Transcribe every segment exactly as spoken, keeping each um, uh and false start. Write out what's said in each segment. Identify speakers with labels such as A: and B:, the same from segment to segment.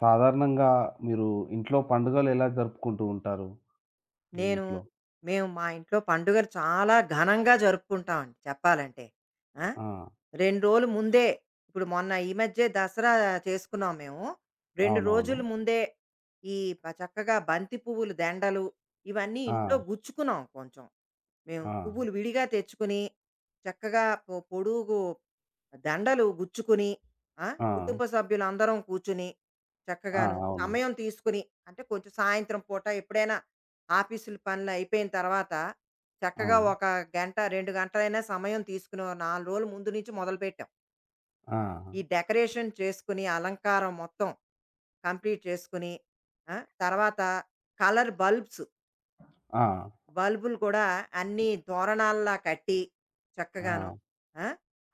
A: సాధారణంగా మీరు ఇంట్లో పండుగలు ఎలా జరుపుకుంటూ ఉంటారు మీ
B: నేను
A: ఇంట్లో?
B: మేము మా ఇంట్లో పండుగలు చాలా ఘనంగా జరుపుకుంటామండి చెప్పాలంటే. ఆ!
A: ఆ!
B: రెండు రోజులు ముందే ఇప్పుడు మొన్న ఈ మధ్యే దసరా చేసుకున్నాం మేము. రెండు
A: అవునవును.
B: రోజుల ముందే ఈ ప చక్కగా బంతి పువ్వులు దండలు ఇవన్నీ ఇంట్లో
A: ఆ!
B: గుచ్చుకున్నాం కొంచెం. మేము
A: ఆ!
B: పువ్వులు విడిగా తెచ్చుకుని, చక్కగా పొ పొడుగు దండలు గుచ్చుకుని, ఆ!
A: ఆ!
B: కుటుంబ సభ్యులందరం కూర్చుని,
A: ఆ!
B: చక్కగాను
A: అవును.
B: సమయం తీసుకుని అంటే కొంచెం సాయంత్రం పూట ఎప్పుడైనా ఆఫీసులు పనులు అయిపోయిన తర్వాత
A: ఆ!
B: చక్కగా ఒక గంట, రెండు గంటలైనా సమయం తీసుకుని ఓ నాలుగు రోజులు ముందు నుంచి మొదలుపెట్టాం.
A: ఆ!
B: ఈ డెకరేషన్ చేసుకుని, అలంకారం మొత్తం కంప్లీట్ చేసుకుని, ఆ! తర్వాత కలర్ బల్బ్స్,
A: ఆ!
B: బల్బులు కూడా అన్నీ తోరణాల్లా కట్టి చక్కగాను.
A: ఆ!
B: ఆ!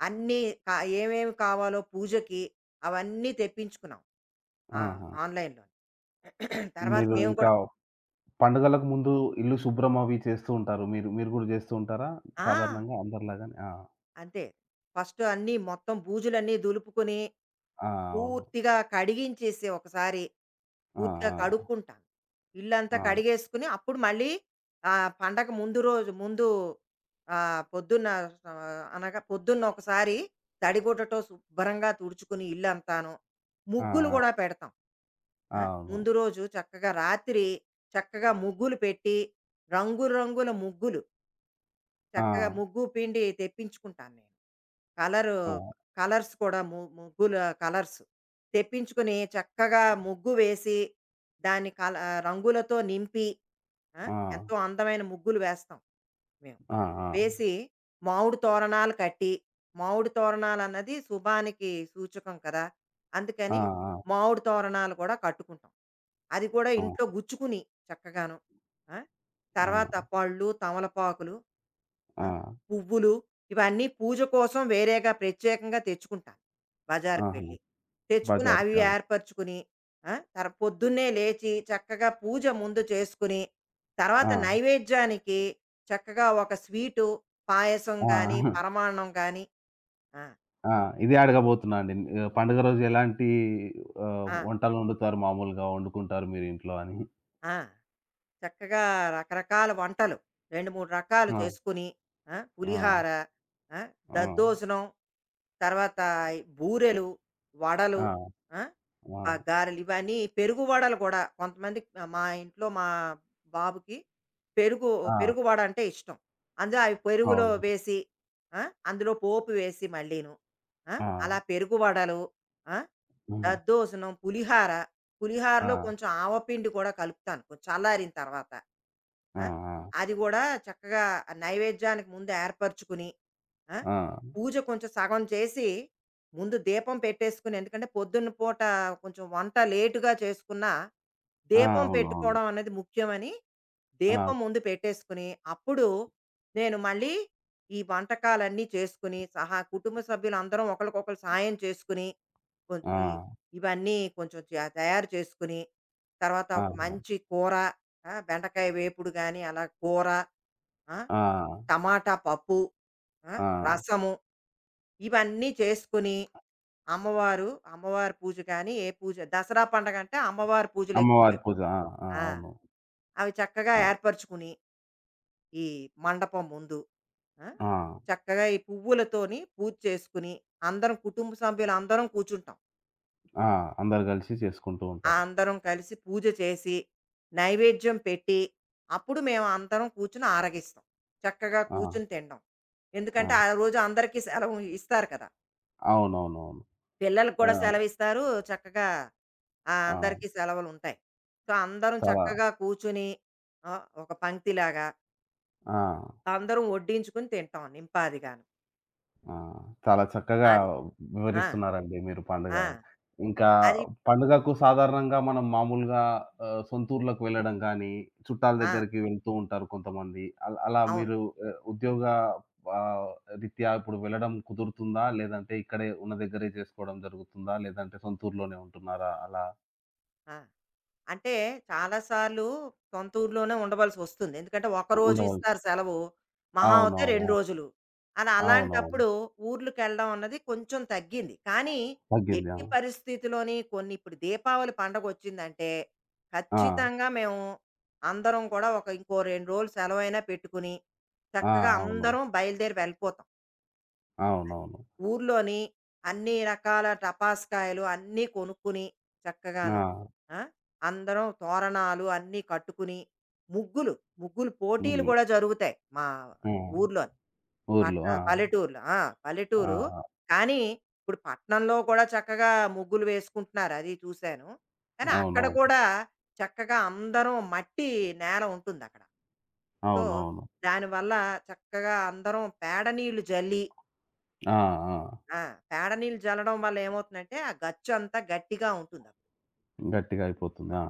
B: అన్నీ క ఏమేమి కావాలో పూజకి అవన్నీ తెప్పించుకున్నాం. ఆ!
A: ఆహా!
B: ఆన్‌లైన్‌లో. తర్వాత
A: మీరు
B: మేము
A: ఇంకా
B: కూడా
A: పండుగలకు ముందు ఇల్లు శుభ్రం అవి చేస్తూ ఉంటారు. మీరు మీరు గూడా చేస్తూ ఉంటారా?
B: ఆ!
A: సాధారణంగా అందరిలాగానే? ఆ!
B: అంతే. ఫస్ట్ అన్నీ మొత్తం బూజులన్నీ దులుపుకొని
A: ఆ! అవును.
B: పూర్తిగా కడిగించేసి ఒకసారి
A: ఆ!
B: పూర్తిగా
A: ఆ!
B: కడుక్కుంటాను. ఇల్లంతా
A: ఆ!
B: కడిగేసుకుని అప్పుడు మళ్ళీ ఆహ్, పండగ ముందు రోజు ముందు ఆహ్, పొద్దున్న ఆహ్, అనగా పొద్దున్న ఒకసారి తడిగుడ్డతో శుభ్రంగా తుడుచుకుని ఇల్లంతాను.
A: ఆ!
B: ముగ్గులు గూడా పెడతాం.
A: ఆ!
B: ఆ! ముందు రోజు చక్కగా రాత్రి చక్కగా ముగ్గులు పెట్టి రంగురంగుల ముగ్గులు చక్కగా ముగ్గు పిండి తెప్పించుకుంటాను నేను. కలరు
A: అవును.
B: కలర్స్ కూడా ము ముగ్గుల కలర్స్ తెప్పించుకుని చక్కగా ముగ్గు వేసి, దాన్ని కల రంగులతో నింపి, ఆ!
A: ఆ!
B: ఎంతో అందమైన ముగ్గులు వేస్తాం మేము.
A: ఆ! ఆ!
B: వేసి మామిడి తోరణాలు కట్టి మామిడి తోరణాలు అన్నది శుభానికి సూచకం కదా,
A: ఆ! ఆ!
B: అందుకని
A: ఆ! ఆ!
B: మామిడి తోరణాలు కూడా కట్టుకుంటాం. అది కూడా ఇంట్లో గుచ్చుకుని చక్కగాను. ఆ?
A: ఆ!
B: తర్వాత
A: ఆ!
B: పళ్ళు తమలపాకులు ఆ?
A: ఆ!
B: పువ్వులు ఇవన్నీ పూజ కోసం వేరేగా ప్రత్యేకంగా తెచ్చుకుంటాను బజార్కి
A: ఆహా!
B: వెళ్ళి తెచ్చుకుని అవి
A: బజార్‌కి. ఆ!
B: ఏర్పరచుకుని. ఆ? తర్ పొద్దున్నే లేచి చక్కగా పూజ ముందు చేసుకుని తర్వాత
A: ఆ!
B: నైవేద్యానికి చక్కగా ఒక స్వీటు, పాయసం గాని,
A: ఆ!
B: పరమాన్నం గాని. ఆ!
A: ఆ! ఇదే అడగబోతున్నా అండి. ఆహ్, పండుగ రోజు ఎలాంటి ఆహ్,
B: ఆ!
A: వంటలు వండుతారు మామూలుగా వండుకుంటారు మీరు ఇంట్లో అని?
B: ఆ! చక్కగా రకరకాల వంటలు రెండు, మూడు రకాలు
A: ఆ!
B: చేసుకుని ఆ!
A: ఆ!
B: పులిహార, ఆ!
A: ఆ!
B: దద్దోజనం, తర్వాత ఈ బూరెలు, వడలు,
A: ఆ!
B: ఆ!
A: ఆ!
B: ఆ గారెలు ఇవన్నీ పెరుగు వడలు కూడా కొంతమంది మా ఇంట్లో మా బాబుకి పెరుగు
A: ఆ!
B: పెరుగు వడ అంటే ఇష్టం. అందులో అవి పెరుగులో
A: అవును.
B: వేసి, ఆ! అందులో పోపు వేసి మళ్ళీను. ఆ!
A: ఆ!
B: అలా పెరుగు వడలు, ఆ!
A: హ్మ్.
B: దద్దోజనం, పులిహార. పులిహారలో
A: ఆ!
B: కొంచెం ఆవపిండి కూడా కలుపుతాను కొంచెం చల్లారిన తర్వాత.
A: ఆ!
B: ఆ!
A: ఆ!
B: అది గూడా చక్కగా ఆ నైవేద్యానికి ముందు ఏర్పరచుకుని, ఆ!
A: ఆ!
B: పూజ కొంచెం సగం చేసి, ముందు దీపం పెట్టేసుకుని. ఎందుకంటే పొద్దున్న పూట కొంచెం వంట లేటుగా చేసుకున్నా,
A: ఆ!
B: దీపం
A: అవును. అవును.
B: పెట్టుకోవడం అనేది ముఖ్యమని,
A: ఆ!
B: దీపం ముందు పెట్టేసుకుని, అప్పుడు నేను మళ్ళీ ఈ వంటకాలన్నీ చేసుకుని, సహా కుటుంబ సభ్యులందరం ఒకళ్ళకొకళ్ళు సాయం చేసుకుని కొంచెం ఇ
A: ఆ!
B: ఇవన్నీ కొంచెం త తయారు చేసుకుని, తర్వాత
A: ఆ!
B: ఒక మంచి కూర, ఆ! బెండకాయ వేపుడు గాని, అలా కూర, ఆ!
A: ఆ!
B: టమాటా పప్పు, ఆ!
A: ఆ!
B: రసము ఇవన్నీ చేసుకుని, అమ్మవారు, అమ్మవారి పూజ గాని, ఏ పూజ దసరా పండగంటే అమ్మవారి పూజలు ఎక్కువ
A: అమ్మవారి
B: చే,
A: పూజ. ఆ! ఆ!
B: ఆ!
A: అవును.
B: అవి చక్కగా
A: ఆ!
B: ఏర్పరచుకుని, ఈ మండపం ముందు ఆ!
A: ఆ!
B: చక్కగా ఈ పువ్వులతోని పూజ చేసుకుని, అందరం కుటుంబ సభ్యులందరం కూర్చుంటాం.
A: ఆ! అందరూ కలిసి చేసుకుంటూ
B: ఆ
A: ఉంటారు.
B: అందరం కలిసి పూజ చేసి, నైవేద్యం పెట్టి, అప్పుడు మేము అందరం కూర్చొని ఆరగిస్తాం. చక్కగా కూర్చొని
A: ఆ!
B: తినడం. ఎందుకంటే,
A: ఆ!
B: ఆ రోజు అందరికీ సెలవు ఇస్తారు కదా!
A: అవునవునవును.
B: పిల్లలకి
A: ఆ!
B: కూడా సెలవిస్తారు. చక్కగా ఆహ్,
A: ఆ!
B: అందరికీ సెలవులుంటాయి. సో, అందరం
A: చాలా
B: చక్కగా కూర్చొని ఆహ్, ఒక పంక్తిలాగా
A: ఆ!
B: అందరం వడ్డించుకొని తింటాం నింపాదిగాను.
A: ఆ! చాలా చక్కగా
B: అది. ఆ!
A: వివరిస్తున్నారండి మీరు పండుగ.
B: ఆ!
A: ఇంకా
B: అది.
A: పండుగకు సాధారణంగా మనం మామూలుగా ఆహ్, సొంతూర్లకు వెళ్ళడం గానీ, చుట్టాల
B: ఆ!
A: దగ్గరికి వెళ్తూ ఉంటారు కొంతమంది. అల్ అలా
B: అవును.
A: మీరు ఆహ్, ఉద్యోగ ఆహ్, రీత్యా ఇప్పుడు వెళ్ళడం కుదురుతుందా? లేదంటే ఇక్కడే ఉన్న దగ్గరే చేసుకోవడం జరుగుతుందా? లేదంటే సొంతూరులోనే ఉంటున్నారా? అలా
B: ఆ! అంటే చాలాసార్లు సొంత ఊర్లోనే ఉండవలసి వస్తుంది. ఎందుకంటే, ఒకరోజు
A: ఉండవలసి
B: ఇస్తారు సెలవు. మహా అవుతే
A: అవునవును.
B: రెండు రోజులు. అది
A: అవునవును.
B: అలాంటప్పుడు ఊర్లుకెళ్ళడం అన్నది కొంచెం తగ్గింది. కానీ,
A: తగ్గింది. ఆ!
B: ఎట్టి పరిస్థితిలోని కొన్ని ఇప్పుడు దీపావళి పండగొచ్చిందంటే,
A: ఆ!
B: ఖచ్చితంగా మేము అందరం కూడా ఒక ఇంకో రెండు రోజులు సెలవైనా పెట్టుకుని,
A: ఆ!
B: చక్కగా
A: అవును.
B: అందరం బయలుదేరి వెళ్ళిపోతాం.
A: అవునవును.
B: ఊర్లోని అన్ని రకాల టపాస్కాయలు అన్నీ కొనుక్కుని చక్కగాను.
A: ఆ!
B: ఆ? అందరం తోరణాలు అన్నీ కట్టుకుని ముగ్గులు ముగ్గులు పోటీలు
A: హ్మ్.
B: కూడా జరుగుతాయి మా
A: ఆ!
B: ఊర్లో.
A: ఊర్లో.
B: పట్న
A: ఆ!
B: పల్లెటూరులో ఆ, పల్లెటూరు.
A: ఆ!
B: కానీ ఇప్పుడు పట్నంలో కూడా చక్కగా ముగ్గులు వేసుకుంటున్నారు, అది చూశాను. కానీ అక్కడ
A: అవునవును.
B: కూడా చక్కగా అందరం మట్టి నేల ఉంటుంది అక్కడ. సో
A: అవునవును.
B: దానివల్ల చక్కగా అందరం పేడ నీళ్లు జల్లి
A: ఆ! ఆ!
B: ఆ! పేడ నీళ్ళు జల్లడం వల్ల ఏమవుతుందంటే, ఆ గచ్చంతా గట్టిగా ఉంటుంది అప్పుడు.
A: గట్టిగా అయిపోతుంది. ఆ!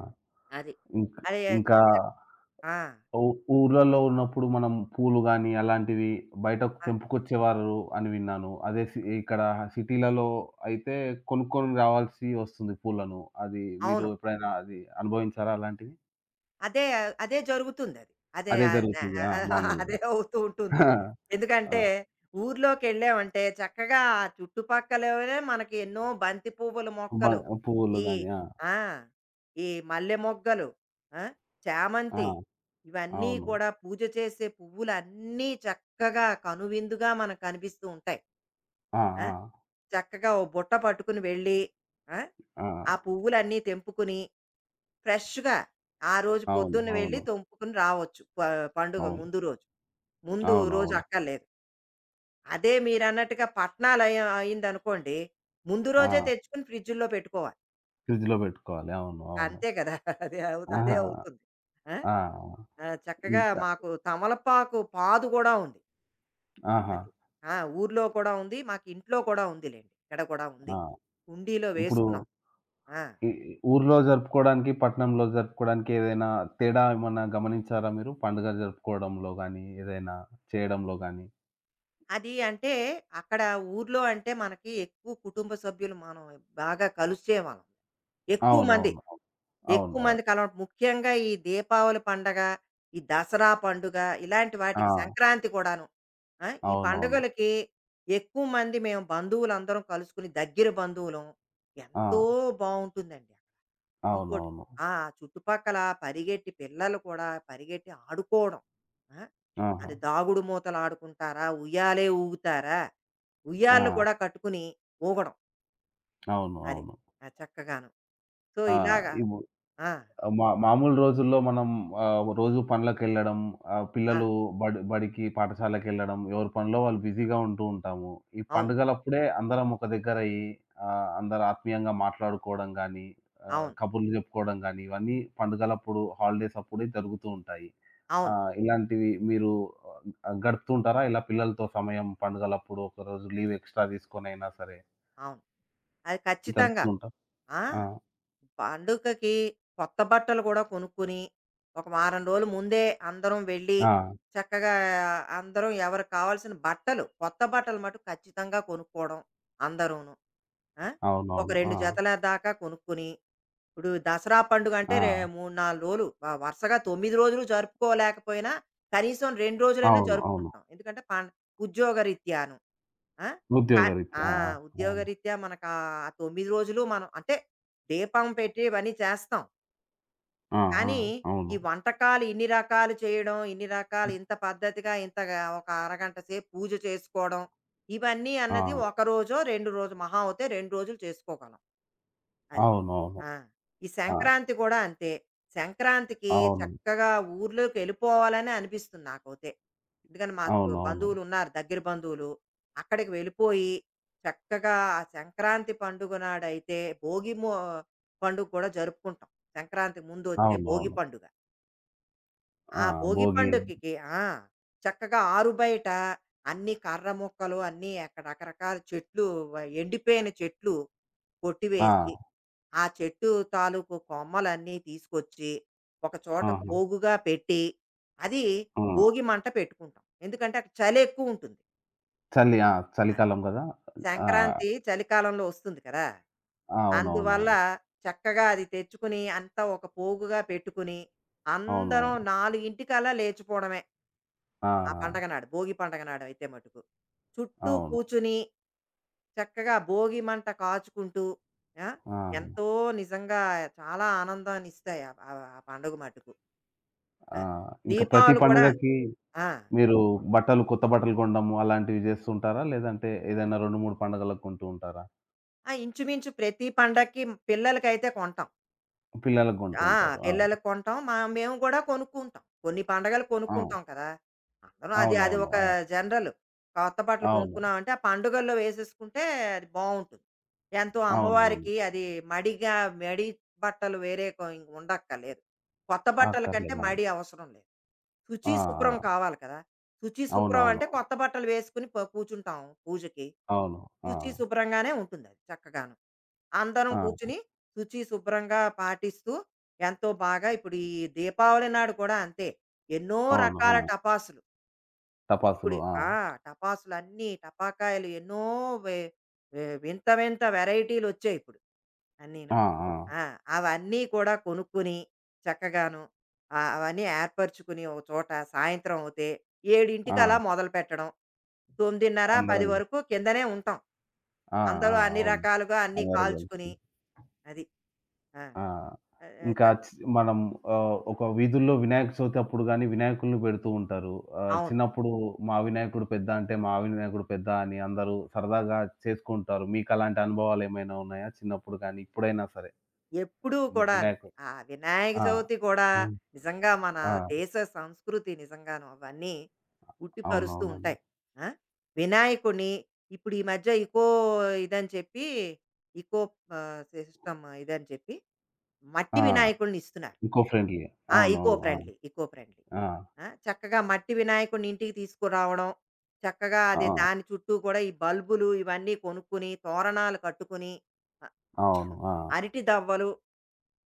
B: అది.
A: ఇంక్
B: అది చ
A: ఇంకా
B: చక్ ఆ!
A: ఊ ఊర్లలో ఉన్నప్పుడు మనం పూలు గాని, అలాంటివి బయటకు
B: ఆ!
A: తెంపుకొచ్చేవారు అని విన్నాను. అదే సి ఇక్కడ సిటీలలో అయితే కొనుక్కొని రావాల్సి వస్తుంది పూలను. అది మీరు
B: అవును.
A: ఎప్పుడైనా అది అనుభవించారా అలాంటివి?
B: అదే అదే జరుగుతుందది. అదే
A: అదే
B: ఆహ్, న
A: జరుగుతుంది. ఆ!
B: అదే
A: మామూలుగా.
B: అవుతూ ఉంటుంది.
A: ఆ!
B: ఎందుకంటే, ఊర్లోకెళ్ళామంటే చక్కగా ఆ చుట్టుపక్కలనే మనకి ఎన్నో బంతి పువ్వుల
A: బ
B: మొక్కలు,
A: పువ్వులు
B: ఈ
A: గాని. ఆ!
B: ఆ! ఈ మల్లె మొగ్గలు, ఆ!
A: ఆ!
B: చామంతి ఇవన్నీ
A: అవును.
B: కూడా పూజ చేసే పువ్వులన్నీ చక్కగా కనువిందుగా మనకు కనిపిస్తూ ఉంటాయి.
A: ఆ!
B: ఆ!
A: ఆ!
B: చక్కగా ఓ బుట్ట పట్టుకుని వెళ్ళి ఆ
A: ఆ!
B: ఆ పువ్వులన్నీ తెంపుకుని ఫ్రెష్‌గా ఆ రోజు
A: అవును.
B: పొద్దున్న వెళ్ళి
A: అవును.
B: తెంపుకుని రావచ్చు. ప పండుగ
A: అవును.
B: ముందు రోజు. ముందు రోజు
A: అవునవును.
B: అక్కర్లేదు. అదే మీరన్నట్టుగా పట్నాలు అయి అయిందనుకోండి. ముందు రోజే
A: ఆ!
B: తెచ్చుకొని ఫ్రిడ్జుల్లో పెట్టుకోవాలి.
A: ఫ్రిడ్జ్‌లో పెట్టుకోవాలి. అవును. అవును.
B: అంతే కదా! అదే అవు అదే
A: ఆహా!
B: అవుతుంది. ఆ!
A: ఆ!
B: ఆ! చక్కగా
A: ఇంకా
B: మాకు తమలపాకు పాదు గూడా ఉంది.
A: ఆహా!
B: అది. ఆ! ఊర్లో కూడా ఉంది. మాకు ఇంట్లో కూడా ఉందిలెండి. ఇక్కడ కూడా ఉంది.
A: ఆ!
B: కుండీలో
A: ఇప్పుడు
B: వేసుకున్నాం. ఆ!
A: ఈ ఊర్లో జరుపుకోవడానికి, పట్టణంలో జరుపుకోవడానికి ఏదైనా తేడా ఏమన్నా గమనించారా మీరు? పండుగ జరుపుకోవడంలో గాని, ఏదైనా చేయడంలో గాని?
B: అది అంటే అక్కడ ఊర్లో అంటే మనకి ఎక్కువ కుటుంబ సభ్యులు మనం బాగా కలిసే వాళ్ళం. ఎక్కువ మంది,
A: అవునవును. అవును.
B: ఎక్కువ మంది
A: అది.
B: కలవడం. ముఖ్యంగా ఈ దీపావళి పండగ, ఈ దసరా పండుగ ఇలాంటి
A: ఆ!
B: వాటికి సంక్రాంతి కూడాను. ఆ! ఈ
A: అవునవును.
B: పండుగలకి ఎక్కువ మంది మేము బంధువులందరం కలుసుకుని దగ్గర బంధువులం.
A: ఆ!
B: ఎంతో బావుంటుందండి. ఇంకోటి
A: అవునవును.
B: ఆ చుట్టుపక్కల పరిగెట్టి పిల్లలు కూడా పరిగెట్టి ఆడుకోవడం. ఆ!
A: ఆహా!
B: అది దాగుడు మూతలు ఆడుకుంటారా? ఉయ్యాలే ఊగుతారా?
A: ఆ!
B: ఉయ్యాలలు కూడా కట్టుకుని ఊగడం.
A: అవును.
B: అది.
A: అవును.
B: ఆ! చక్కగాను. సో,
A: ఆ!
B: ఇలాగా.
A: ఇవు
B: ఆ!
A: మా మామూలు రోజుల్లో మనం ఆహ్, రోజు పనులకెళ్ళడం, ఆహ్,
B: ఆ!
A: పిల్లలు బడి బడికి, పాఠశాలకెళ్ళడం, ఎవరి పనిలో వాళ్ళు బిజీగా ఉంటూ ఉంటాము. ఈ
B: అవును.
A: పండుగలప్పుడే అందరం ఒక దగ్గరయ్యి ఆహ్, అందరు ఆత్మీయంగా మాట్లాడుకోవడం గానీ, ఆహ్,
B: అవును.
A: కబుర్లు జెప్పుకోవడం గానీ, ఇవన్నీ పండుగలప్పుడు, హాలిడేస్ అప్పుడే జరుగుతూ ఉంటాయి.
B: అవును.
A: ఆహ్, ఇలాంటివి మీరు ఆహ్, గడుపుతూ ఉంటారా? ఇలా పిల్లలతో సమయం పండుగలప్పుడు ఒకరోజు లీవ్ ఎక్స్‌ట్రా తీసుకొనైనా సరే
B: అవును. అది
A: జరుపుతూ
B: ఖచ్చితంగాను.
A: ఉంటా
B: ఆ!
A: ఆ!
B: పండుగకి కొత్త బట్టలు కూడా కొనుక్కుని, ఒక వారం రోజులు ముందే అందరం వెళ్ళి,
A: ఆ!
B: చక్కగా అందరం ఎవరికి కావాల్సిన బట్టలు, కొత్త బట్టలు మటుకు ఖచ్చితంగా కొనుక్కోవడం అందరూను. ఆ!
A: అవునవును. అవును
B: ఒక
A: అవును
B: రెండు
A: ఆ!
B: జతల దాకా కొనుక్కుని, ఇప్పుడు దసరా పండుగ అంటే రే
A: ఆ!
B: మూడు, నాలుగు రోజులు వ వరుసగా తొమ్మిది రోజులు జరుపుకోలేకపోయినా, కనీసం రెండు రోజులైనా
A: అవును. అవును.
B: జరుపుకుంటున్నాం. ఎందుకంటే పం ఉద్యోగరీత్యాను. ఆ! కా ఆ!
A: ఉద్యోగరీత్యా. ఆ!
B: ఉద్యోగరీత్యా మనకు ఆ తొమ్మిది రోజులు మనం అంటే దీపం పెట్టి ఇవన్నీ చేస్తాం.
A: ఆ!
B: కానీ, ఈ
A: అవును.
B: వంటకాలు ఇన్ని రకాలు చేయడం, ఇన్ని రకాలు ఇంత పద్ధతిగా ఇంతగా ఒక అరగంట సేపు పూజ చేసుకోవడం, ఇవన్నీ
A: ఆ!
B: అన్నది
A: ఆ!
B: ఒక రోజో, రెండు రోజు మహా అవుతే రెండు రోజులు చేసుకోగలం. అది.
A: అవును.
B: ఆ! ఈ
A: ఆ! అవునవును. ఆ!
B: సంక్రాంతి కూడా అంతే. సంక్రాంతికి
A: అవును.
B: చక్కగా ఊర్లోకి ఎళ్ళిపోవాలనే అనిపిస్తుంది నాకైతే. ఎందుకంటే మాకు
A: అవునవును.
B: బంధువులున్నారు దగ్గర బంధువులు. అక్కడికి వెళ్ళిపోయి చక్కగా ఆ సంక్రాంతి పండుగ నాడైతే భోగి మొ పండుగ కూడా జరుపుకుంటాం. సంక్రాంతి ముందు వచ్చే భోగి
A: అవునవును.
B: పండుగ.
A: ఆ!
B: ఆ భోగి
A: భోగి
B: పండుగకి ఆ! చక్కగా ఆరుబయట అన్ని కర్ర ముక్కలు అన్నీ అక్కడ రకరకాల చెట్లు వ ఎండిపోయిన చెట్లు
A: ఆ!
B: కొట్టివేసి ఆ చెట్టు తాలూకు కొమ్మలన్నీ తీసుకొచ్చి, ఒక చోట
A: ఆహా!
B: పోగుగా పెట్టి, అది
A: హ్మ్.
B: భోగి మంట పెట్టుకుంటాం. ఎందుకంటే, అక్కడ చలి ఎక్కువుంటుంది.
A: చలి ఆ!
B: ఆహ్,
A: చలికాలం గదా! ఆ!
B: సంక్రాంతి చలికాలంలో వస్తుంది కదా! అందువల్ల
A: అవునవునవును.
B: చక్కగా అది తెచ్చుకుని, అంతా ఒక పోగుగా పెట్టుకుని, అందరం
A: అవునవును.
B: నాలుగు గంటలకి లేచిపోవడమే.
A: ఆ!
B: ఆ పండగ నాడు, భోగి పండగ నాడయితే మటుకు. చుట్టూ
A: అవును.
B: కూర్చుని చక్కగా భోగి మంట కాచుకుంటూ ఆ,
A: ఆ!
B: ఎంతో నిజంగా చాలా ఆనందాన్ని ఇస్తాయి ఆ ఆ- ఆ పండుగ మటుకు ఆ,
A: ఆ! ఇంకా ప్రతి
B: దీపావళి కూడా
A: పండుగకి
B: ఆ,
A: మీరు బట్టలు కొత్త బట్టలు కొనడము అలాంటివి జేస్తుంటారా? లేదంటే ఏదైనా రెండు, మూడు పండుగలకు కొంటూ ఉంటారా?
B: ఆ, ఇంచుమించు ప్రతి పండక్కి పిల్లలకైతే కొంటాం.
A: పిల్లలకు కొంటూ
B: ఆ!
A: ఉంటారు. ఆ!
B: పిల్లలకి కొంటాం. మా మేము గూడా కొనుక్కుంటాం. కొన్ని పండగలు
A: ఆ!
B: కొనుక్కుంటాం కదా! అందరం అది అది
A: అవునవును.
B: ఒక
A: ఆ!
B: జనరల్. కొత్త బట్టలు
A: అవును.
B: కొనుక్కున్నామంటే, ఆ పండుగల్లో వేసేసుకుంటే అది బావుంటుంది. ఎంతో
A: అవునవును.
B: అమ్మవారికి అది మడిగా మడి బట్టలు వేరే కొ ఉండక్కర్లేదు. కొత్త బట్టల కంటే
A: అక్కర్లేదు. అవును.
B: మడి అవసరం లేదు.
A: ఆ!
B: శుచి, శుభ్రం
A: ఆ!
B: కావాలి కదా! శుచి, శుభ్రం అంటే
A: అవునవునవును.
B: కొత్త బట్టలు వేసుకుని ప కూర్చుంటాం పూజకి.
A: అవును. ఆ!
B: శుచి, శుభ్రంగానే ఉంటుందది చక్కగాను. అందరం
A: ఆ!
B: కూర్చుని శుచి శుభ్రంగా పాటిస్తూ ఎంతో బాగా ఇప్పుడు ఈ దీపావళి నాడు కూడా అంతే. ఎన్నో
A: అవును.
B: రకాల
A: ఆ!
B: టపాసులు ఇప్పుడు
A: టపాసులు. ఆ!
B: ఆ టపాసులు అన్ని టపాకాయలు ఎన్నో వే- వే- వింత వింత వెరైటీలు వచ్చాయి ఇప్పుడు అన్నీను.
A: ఆ! ఆ!
B: ఆ, అవన్నీ కూడా కొనుక్కుని చక్కగాను ఆ, అవన్నీ ఏర్పరచుకుని ఒక చోట సాయంత్రం అవుతే ఏడింటికి అలా
A: ఆ!
B: మొదలు పెట్టడం తొమ్మిదిన్నర పది
A: అందరం గలి
B: వరకు కిందనే ఉంటాం.
A: ఆ! ఆ!
B: అందరూ అన్ని
A: అవును.
B: రకాలుగా అన్ని
A: అందరూ
B: కాల్చుకుని
A: గలిసి.
B: అది ఆ,
A: ఆ!
B: ఆ,
A: ఇంకా చి మనం ఆహ్, ఒక వీధుల్లో వినాయక చవితి అప్పుడు గాని వినాయకుడిని పెడుతూ ఉంటారు. ఆహ్,
B: అవును.
A: చిన్నప్పుడు మా వినాయకుడు పెద్ద అంటే మా వినాయకుడు పెద్ద అని అందరూ సరదాగా చేసుకుంటారు. మీకు అలాంటి అనుభవాలు ఏమైనా ఉన్నాయా? చిన్నప్పుడు గాని, ఇప్పుడైనా సరే?
B: ఎప్పుడూ కూడానండి.
A: వినాయకుడు
B: ఆ వినాయక
A: ఆ!
B: చవితి కూడా
A: హ్మ్.
B: నిజంగా మన
A: ఆ!
B: దేశ సంస్కృతి నిజంగాను అవన్నీ ఉట్టిపరుస్తూ
A: అవునవునండి.
B: ఉంటాయి. ఆ! వినాయకుడిని ఇప్పుడు ఈ మధ్య ఇకో ఇదని చెప్పి ఇకో ఆహ్, సిస్టమ్ ఇదని చెప్పి మట్టి
A: ఆ!
B: వినాయకుడిని ఇస్తున్నారు.
A: ఇంకో ఫ్రెండ్‌లీ.
B: ఆ! ఇకో
A: అవునవును. ఆ!
B: Friendly, eco friendly.
A: ఆ!
B: ఆ! చక్కగా మట్టి వినాయకుడిని ఇంటికి తీసుకురావడం. చక్కగా
A: ఆ!
B: అది దాని చుట్టూ కూడా ఈ బల్బులు ఇవన్నీ కొనుక్కొని, తోరణాలు కట్టుకొని, అ
A: అవును. ఆ!
B: అరటి దవ్వలు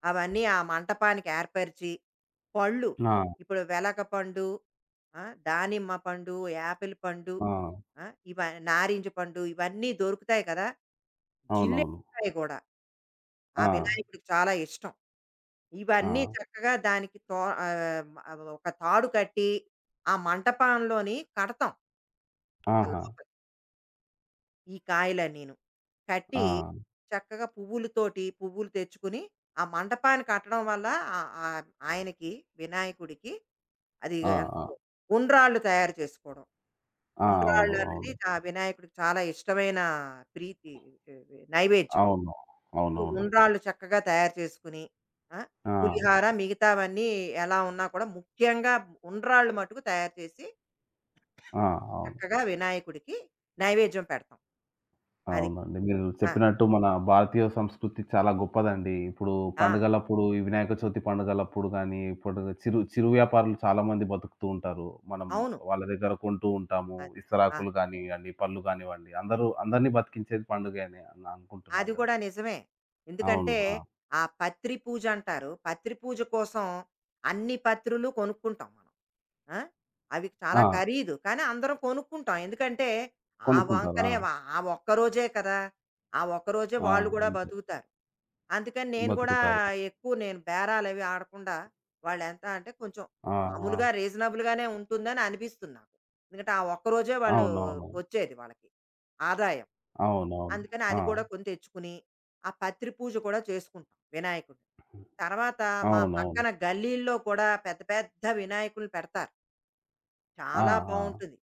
B: అవన్నీ ఆ మంటపానికి ఏర్పరిచి, పళ్ళు
A: ఆ!
B: ఇప్పుడు వెలకపండు, ఆ! దానిమ్మ పండు, యాపిల్ పండు,
A: ఆ!
B: ఆ! ఇవ నారింజ పండు ఇవన్నీ దొరుకుతాయి కదా!
A: అవునవును.
B: జిల్లేడుకాయ కూడా. ఆ
A: ఆ!
B: వినాయకుడికి చాలా ఇష్టం. ఇవన్నీ
A: ఆ!
B: చక్కగా దానికి తో ఆహ్, ఒక తాడు కట్టి, ఆ మంటపంలోని కడతాం ఆ
A: ఆహా!
B: లోపల ఈ కాయలన్నీను. కట్టి
A: ఆ!
B: చక్కగా పువ్వులతోటి పువ్వులు తెచ్చుకుని, ఆ మంటపాన్ని కట్టడం వల్ల ఆహ్, ఆహ్, ఆయనకి వినాయకుడికి అది
A: ఆ!
B: ఎంతో.
A: ఆ!
B: ఉండ్రాళ్ళు తయారు చేసుకోవడం.
A: ఆ! అవును.
B: ఉండ్రాళ్ళు అన్నది
A: అవును.
B: ఆ వినాయకుడికి చాలా ఇష్టమైన ప్రీతి ఏ, ఏ, నైవేద్యం.
A: అవును.
B: సో
A: అవునవును.
B: ఉండ్రాళ్ళు చక్కగా తయారు చేసుకుని, ఆ!
A: ఆ!
B: పులిహార మిగతావన్నీ ఎలా ఉన్నా కూడా ముఖ్యంగా ఉండ్రాళ్ళు మటుకు తయారు చేసి
A: ఆ! అవును.
B: చక్కగా వినాయకుడికి నైవేద్యం పెడతాం. అది.
A: అవునండి. మీరు
B: ఆ!
A: చెప్పినట్టు మన భారతీయ సంస్కృతి చాలా గొప్పదండి. ఇప్పుడు
B: ఆ!
A: పండుగలప్పుడు ఈ వినాయక చవితి పండుగలప్పుడు గానీ, ఇప్పుడు చిరు చిరు వ్యాపారులు చాలామంది బతుకుతూ ఉంటారు. మనం
B: అవును.
A: వాళ్ళ దగ్గర కొంటూ ఉంటాము.
B: అదే. ఆ!
A: ఇస్తరాకులు గానియ్యండి, పళ్ళు గానివ్వండి, అందరూ అందరిని బతికించేది పండుగే అని అని అనుకుంటున్నారు
B: అది
A: గదా!
B: కూడా నిజమే.
A: అవును.
B: ఎందుకంటే,
A: ఆ!
B: ఆ పత్రి పూజ అంటారు. పత్రి పూజ కోసం అన్ని పత్రులు కొనుక్కుంటాం మనం. ఆ! అవి చాలా
A: ఆ!
B: ఖరీదు. కానీ అందరం కొనుక్కుంటాం. ఎందుకంటే, ఆ
A: కొనుక్కుంటారు. ఆ!
B: వంకనే వ ఆ ఒక్కరోజే కదా! ఆ ఒక్కరోజే
A: ఆ!
B: వాళ్ళు గూడా
A: అంతే.
B: బతుకుతారు. అందుకని నేను గూడా
A: బతుకుతారు.
B: ఎక్కువ నేను బేరాలవి ఆడకుండా వాళ్ళెంత అంటే కొంచెం
A: ఆ!
B: మామూలుగా
A: ఆ!
B: రీజనబుల్‌గానే ఉంటుందని అనిపిస్తుంది నాకు. ఎందుకంటే, ఆ ఒక్కరోజే వాళ్ళు
A: అవునవునవును.
B: వచ్చేది వాళ్ళకి ఆదాయం.
A: అవునవును.
B: అందుకని అది
A: ఆ!
B: కూడా కొని తెచ్చుకుని, ఆ పత్రి పూజ కూడా చేసుకుంటాం వినాయకుడిని. తర్వాత మా
A: అవునవును.
B: పక్కన గల్లీల్లో కూడా పెద్ద పెద్ద వినాయకుల్ని పెడతారు.
A: ఆ!
B: చాలా
A: ఆ!
B: బావుంటుంది.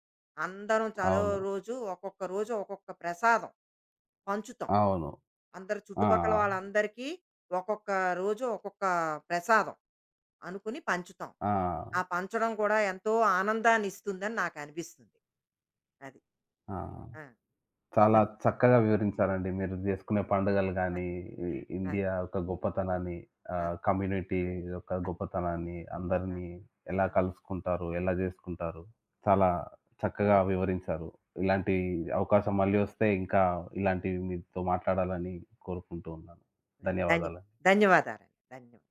B: అందరం చలో
A: అవును.
B: రోజు ఒక్కొక్క రోజు ఒక్కొక్క ప్రసాదం పంచుతాం.
A: అవును.
B: అందరు
A: ఆ!
B: చుట్టుపక్కల వాళ్ళందరికీ ఒక్కొక్క రోజు ఒక్కొక్క ప్రసాదం అనుకుని పంచుతాం.
A: ఆ! ఆ!
B: ఆ పంచడం కూడా ఎంతో ఆనందాన్నిస్తుందని నాకనిపిస్తుంది. అది.
A: ఆ!
B: ఆ!
A: చాలా చక్కగా వివరించారండి. మీరు జేసుకునే పండుగలు గానీ,
B: అది.
A: ఇ
B: ఆ!
A: ఇండియా యొక్క గొప్పతనాన్ని,
B: ఆ!
A: ఆహ్, కమ్యూనిటీ యొక్క గొప్పతనాన్ని,
B: ఆ!
A: అందరినీ ఎలా కలుసుకుంటారు, ఎలా జేసుకుంటారు,
B: ఆ!
A: చాలా చక్కగా వివరించారు.
B: ఆ!
A: ఇలాంటి అవకాశం మళ్ళీ వస్తే ఇంకా ఇలాంటివి మీతో మాట్లాడాలని కోరుకుంటూ ఉన్నాను.
B: ధన్య
A: ధన్యవాదాలు.
B: ధన్యవాదాలండి. ధన్యవాదాలు.